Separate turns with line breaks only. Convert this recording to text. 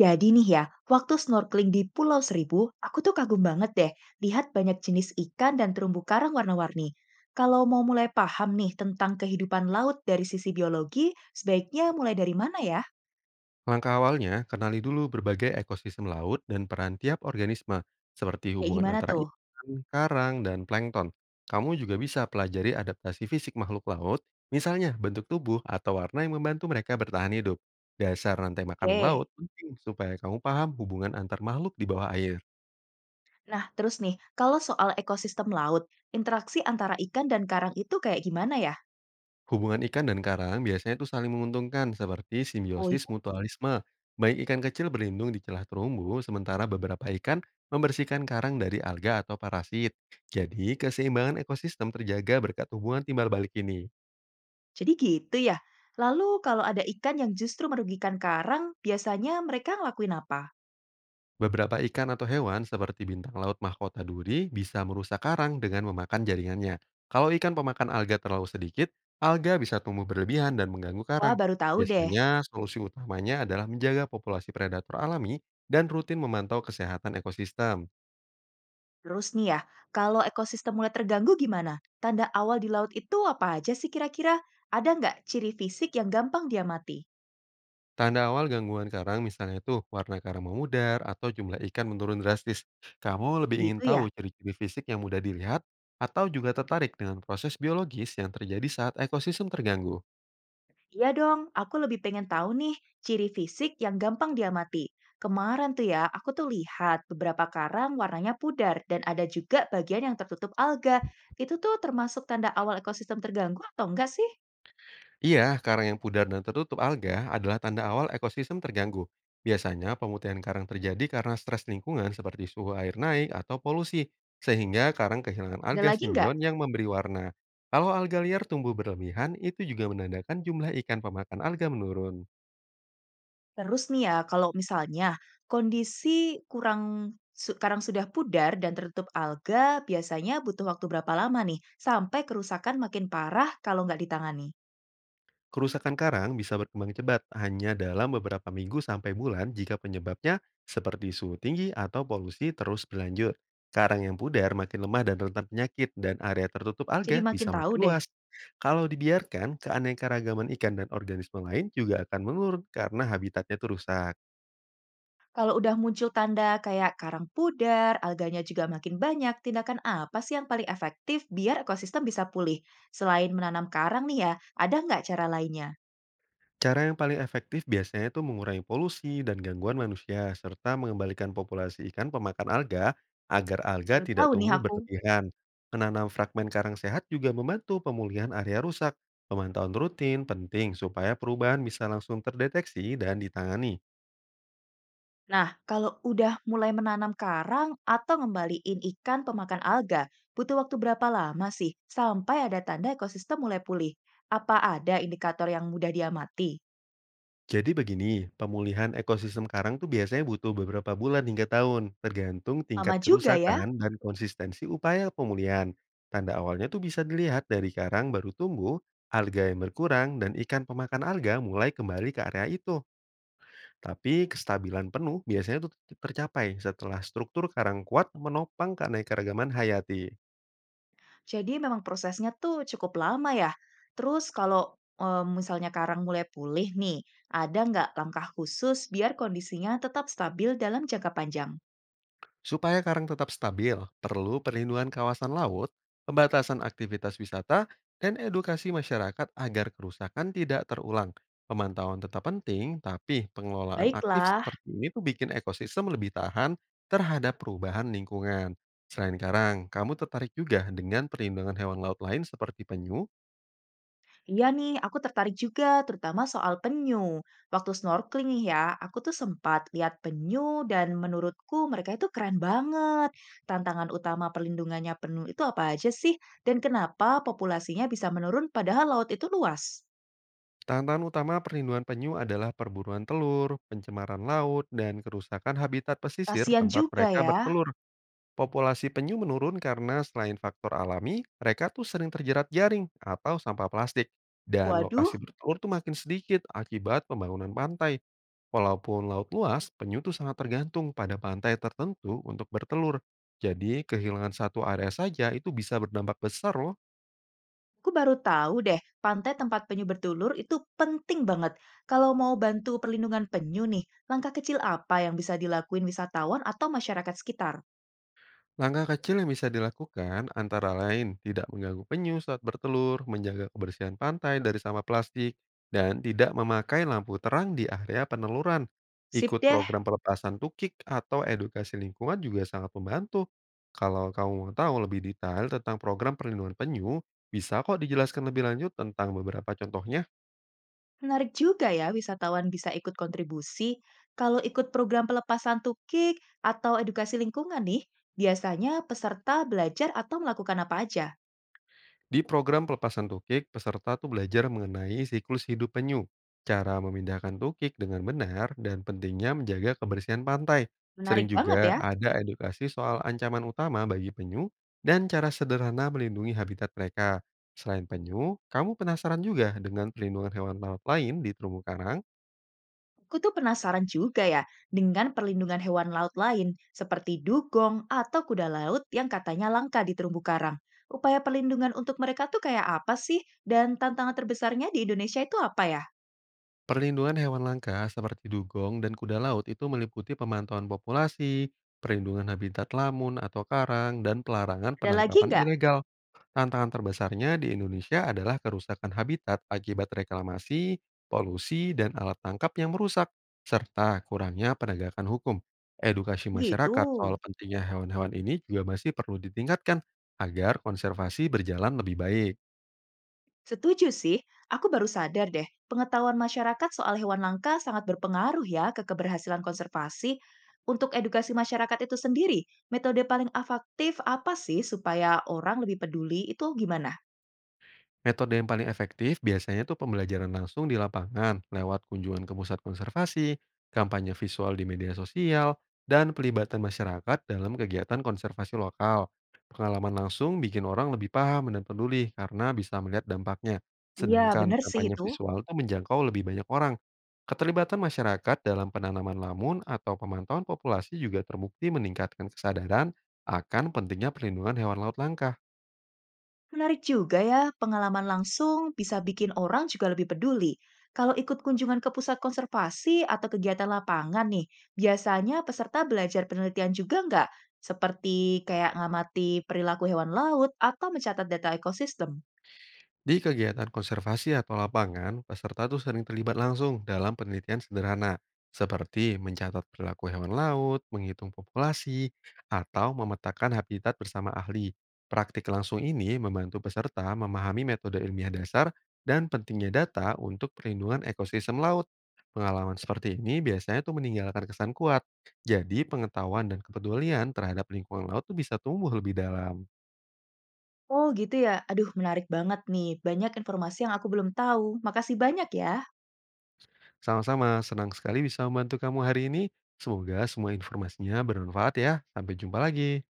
Jadi nih ya, waktu snorkeling di Pulau Seribu, aku tuh kagum banget deh lihat banyak jenis ikan dan terumbu karang warna-warni. Kalau mau mulai paham nih tentang kehidupan laut dari sisi biologi, sebaiknya mulai dari mana ya?
Langkah awalnya, kenali dulu berbagai ekosistem laut dan peran tiap organisme, seperti
Kayak
hubungan
gimana
antara
tuh?
ikan, karang, dan plankton. Kamu juga bisa pelajari adaptasi fisik makhluk laut, misalnya bentuk tubuh atau warna yang membantu mereka bertahan hidup. Dasar rantai makanan laut
Oke.
penting supaya kamu paham hubungan antar makhluk di bawah air.
Nah, terus nih, kalau soal ekosistem laut, interaksi antara ikan dan karang itu kayak gimana ya?
Hubungan ikan dan karang biasanya itu saling menguntungkan, seperti
Oh
simbiosis
iya,
mutualisme. Baik ikan kecil berlindung di celah terumbu, sementara beberapa ikan membersihkan karang dari alga atau parasit. Jadi, keseimbangan ekosistem terjaga berkat hubungan timbal balik ini.
jadi gitu ya. Lalu kalau ada ikan yang justru merugikan karang, biasanya mereka ngelakuin apa?
Beberapa ikan atau hewan seperti bintang laut mahkota duri bisa merusak karang dengan memakan jaringannya. Kalau ikan pemakan alga terlalu sedikit, alga bisa tumbuh berlebihan dan mengganggu
Wah,
karang.
baru tahu deh.
Biasanya, solusi utamanya adalah menjaga populasi predator alami dan rutin memantau kesehatan ekosistem.
Terus nih ya, kalau ekosistem mulai terganggu gimana? Tanda awal di laut itu apa aja sih kira-kira? Ada nggak ciri fisik yang gampang dia mati?
Tanda awal gangguan karang misalnya itu warna karang memudar atau jumlah ikan menurun drastis. Kamu lebih ingin
Gitu
tahu
ya?
ciri-ciri fisik yang mudah dilihat atau juga tertarik dengan proses biologis yang terjadi saat ekosistem terganggu?
Iya dong, aku lebih pengen tahu nih ciri fisik yang gampang dia mati. Kemarin tuh ya, aku tuh lihat beberapa karang warnanya pudar dan ada juga bagian yang tertutup alga. Itu tuh termasuk tanda awal ekosistem terganggu atau enggak sih?
Iya, karang yang pudar dan tertutup alga adalah tanda awal ekosistem terganggu. Biasanya pemutihan karang terjadi karena stres lingkungan seperti suhu air naik atau polusi, sehingga karang kehilangan
Ada
alga
lagi nggak?
simbion yang memberi warna. Kalau alga liar tumbuh berlebihan, itu juga menandakan jumlah ikan pemakan alga menurun.
Terus nih ya, kalau misalnya kondisi kurang su karang sudah pudar dan tertutup alga, biasanya butuh waktu berapa lama nih sampai kerusakan makin parah kalau nggak ditangani?
Kerusakan karang bisa berkembang cepat hanya dalam beberapa minggu sampai bulan jika penyebabnya seperti suhu tinggi atau polusi terus berlanjut. Karang yang pudar makin lemah dan rentan penyakit dan area tertutup
Jadi
alga
makin
bisa
tahu
makin
deh,
luas. Kalau dibiarkan, keanekaragaman ikan dan organisme lain juga akan menurun karena habitatnya tuh rusak.
kalau udah muncul tanda kayak karang pudar, alganya juga makin banyak, tindakan apa sih yang paling efektif biar ekosistem bisa pulih? Selain menanam karang nih ya, ada nggak cara lainnya?
Cara yang paling efektif biasanya itu mengurangi polusi dan gangguan manusia, serta mengembalikan populasi ikan pemakan alga agar alga
Baru
tidak
tahu nih
tumbuh
aku.
berlebihan. Menanam fragmen karang sehat juga membantu pemulihan area rusak. Pemantauan rutin penting supaya perubahan bisa langsung terdeteksi dan ditangani.
Nah, kalau udah mulai menanam karang atau ngembaliin ikan pemakan alga, butuh waktu berapa lama sih sampai ada tanda ekosistem mulai pulih? Apa ada indikator yang mudah diamati?
Jadi begini, pemulihan ekosistem karang tuh biasanya butuh beberapa bulan hingga tahun, tergantung tingkat
Lama juga ya.
kerusakan dan konsistensi upaya pemulihan. Tanda awalnya tuh bisa dilihat dari karang baru tumbuh, alga yang berkurang, dan ikan pemakan alga mulai kembali ke area itu. Tapi kestabilan penuh biasanya tuh tercapai setelah struktur karang kuat menopang keanekaragaman hayati.
Jadi memang prosesnya tuh cukup lama ya. Terus kalau misalnya karang mulai pulih nih, ada nggak langkah khusus biar kondisinya tetap stabil dalam jangka panjang?
Supaya karang tetap stabil, perlu perlindungan kawasan laut, pembatasan aktivitas wisata, dan edukasi masyarakat agar kerusakan tidak terulang. Pemantauan tetap penting, tapi pengelolaan aktif
Baiklah.
seperti ini tuh bikin ekosistem lebih tahan terhadap perubahan lingkungan. Selain karang, kamu tertarik juga dengan perlindungan hewan laut lain seperti penyu?
Iya nih, aku tertarik juga, terutama soal penyu. Waktu snorkeling nih ya, aku tuh sempat lihat penyu dan menurutku mereka itu keren banget. Tantangan utama perlindungannya penyu itu apa aja sih? Dan kenapa populasinya bisa menurun padahal laut itu luas?
Tantangan utama perlindungan penyu adalah perburuan telur, pencemaran laut, dan kerusakan habitat pesisir
Kasian
tempat
juga
mereka
ya.
bertelur. Populasi penyu menurun karena selain faktor alami, mereka tuh sering terjerat jaring atau sampah plastik. Dan
Waduh,
lokasi bertelur tuh makin sedikit akibat pembangunan pantai. Walaupun laut luas, penyu tuh sangat tergantung pada pantai tertentu untuk bertelur. Jadi kehilangan satu area saja itu bisa berdampak besar loh.
aku baru tahu deh, pantai tempat penyu bertelur itu penting banget. Kalau mau bantu perlindungan penyu nih, langkah kecil apa yang bisa dilakuin wisatawan atau masyarakat sekitar?
Langkah kecil yang bisa dilakukan antara lain tidak mengganggu penyu saat bertelur, menjaga kebersihan pantai dari sampah plastik, dan tidak memakai lampu terang di area peneluran.
Sip
Ikut
deh.
program pelepasan tukik atau edukasi lingkungan juga sangat membantu. Kalau kamu mau tahu lebih detail tentang program perlindungan penyu, bisa kok dijelaskan lebih lanjut tentang beberapa contohnya.
Menarik juga ya, wisatawan bisa ikut kontribusi. Kalau ikut program pelepasan tukik atau edukasi lingkungan nih, biasanya peserta belajar atau melakukan apa aja.
Di program pelepasan tukik, peserta tuh belajar mengenai siklus hidup penyu, cara memindahkan tukik dengan benar, dan pentingnya menjaga kebersihan pantai. Sering
Menarik banget
juga
ya.
ada edukasi soal ancaman utama bagi penyu dan cara sederhana melindungi habitat mereka. Selain penyu, kamu penasaran juga dengan perlindungan hewan laut lain di terumbu karang?
Aku tuh penasaran juga ya dengan perlindungan hewan laut lain seperti dugong atau kuda laut yang katanya langka di terumbu karang. Upaya perlindungan untuk mereka tuh kayak apa sih? Dan tantangan terbesarnya di Indonesia itu apa ya?
Perlindungan hewan langka seperti dugong dan kuda laut itu meliputi pemantauan populasi, perlindungan habitat lamun atau karang, dan pelarangan
Ada lagi
penangkapan
nggak?
ilegal. Tantangan terbesarnya di Indonesia adalah kerusakan habitat akibat reklamasi, polusi, dan alat tangkap yang merusak, serta kurangnya penegakan hukum. Edukasi
Gitu.
masyarakat soal pentingnya hewan-hewan ini juga masih perlu ditingkatkan agar konservasi berjalan lebih baik.
Setuju sih, aku baru sadar deh, pengetahuan masyarakat soal hewan langka sangat berpengaruh ya ke keberhasilan konservasi. Untuk edukasi masyarakat itu sendiri, metode paling efektif apa sih supaya orang lebih peduli itu gimana?
Metode yang paling efektif biasanya tuh pembelajaran langsung di lapangan lewat kunjungan ke pusat konservasi, kampanye visual di media sosial, dan pelibatan masyarakat dalam kegiatan konservasi lokal. Pengalaman langsung bikin orang lebih paham dan peduli karena bisa melihat dampaknya.
Iya,
Sedangkan
bener sih
kampanye
itu.
visual itu menjangkau lebih banyak orang. Keterlibatan masyarakat dalam penanaman lamun atau pemantauan populasi juga terbukti meningkatkan kesadaran akan pentingnya perlindungan hewan laut langka.
Menarik juga ya, pengalaman langsung bisa bikin orang juga lebih peduli. Kalau ikut kunjungan ke pusat konservasi atau kegiatan lapangan nih, biasanya peserta belajar penelitian juga nggak? Seperti kayak ngamati perilaku hewan laut atau mencatat data ekosistem.
Di kegiatan konservasi atau lapangan, peserta tuh sering terlibat langsung dalam penelitian sederhana, seperti mencatat perilaku hewan laut, menghitung populasi, atau memetakan habitat bersama ahli. Praktik langsung ini membantu peserta memahami metode ilmiah dasar dan pentingnya data untuk perlindungan ekosistem laut. Pengalaman seperti ini biasanya tuh meninggalkan kesan kuat. Jadi pengetahuan dan kepedulian terhadap lingkungan laut tuh bisa tumbuh lebih dalam.
Oh gitu ya, aduh menarik banget nih. Banyak informasi yang aku belum tahu. Makasih banyak ya.
Sama-sama, senang sekali bisa membantu kamu hari ini. Semoga semua informasinya bermanfaat ya. Sampai jumpa lagi.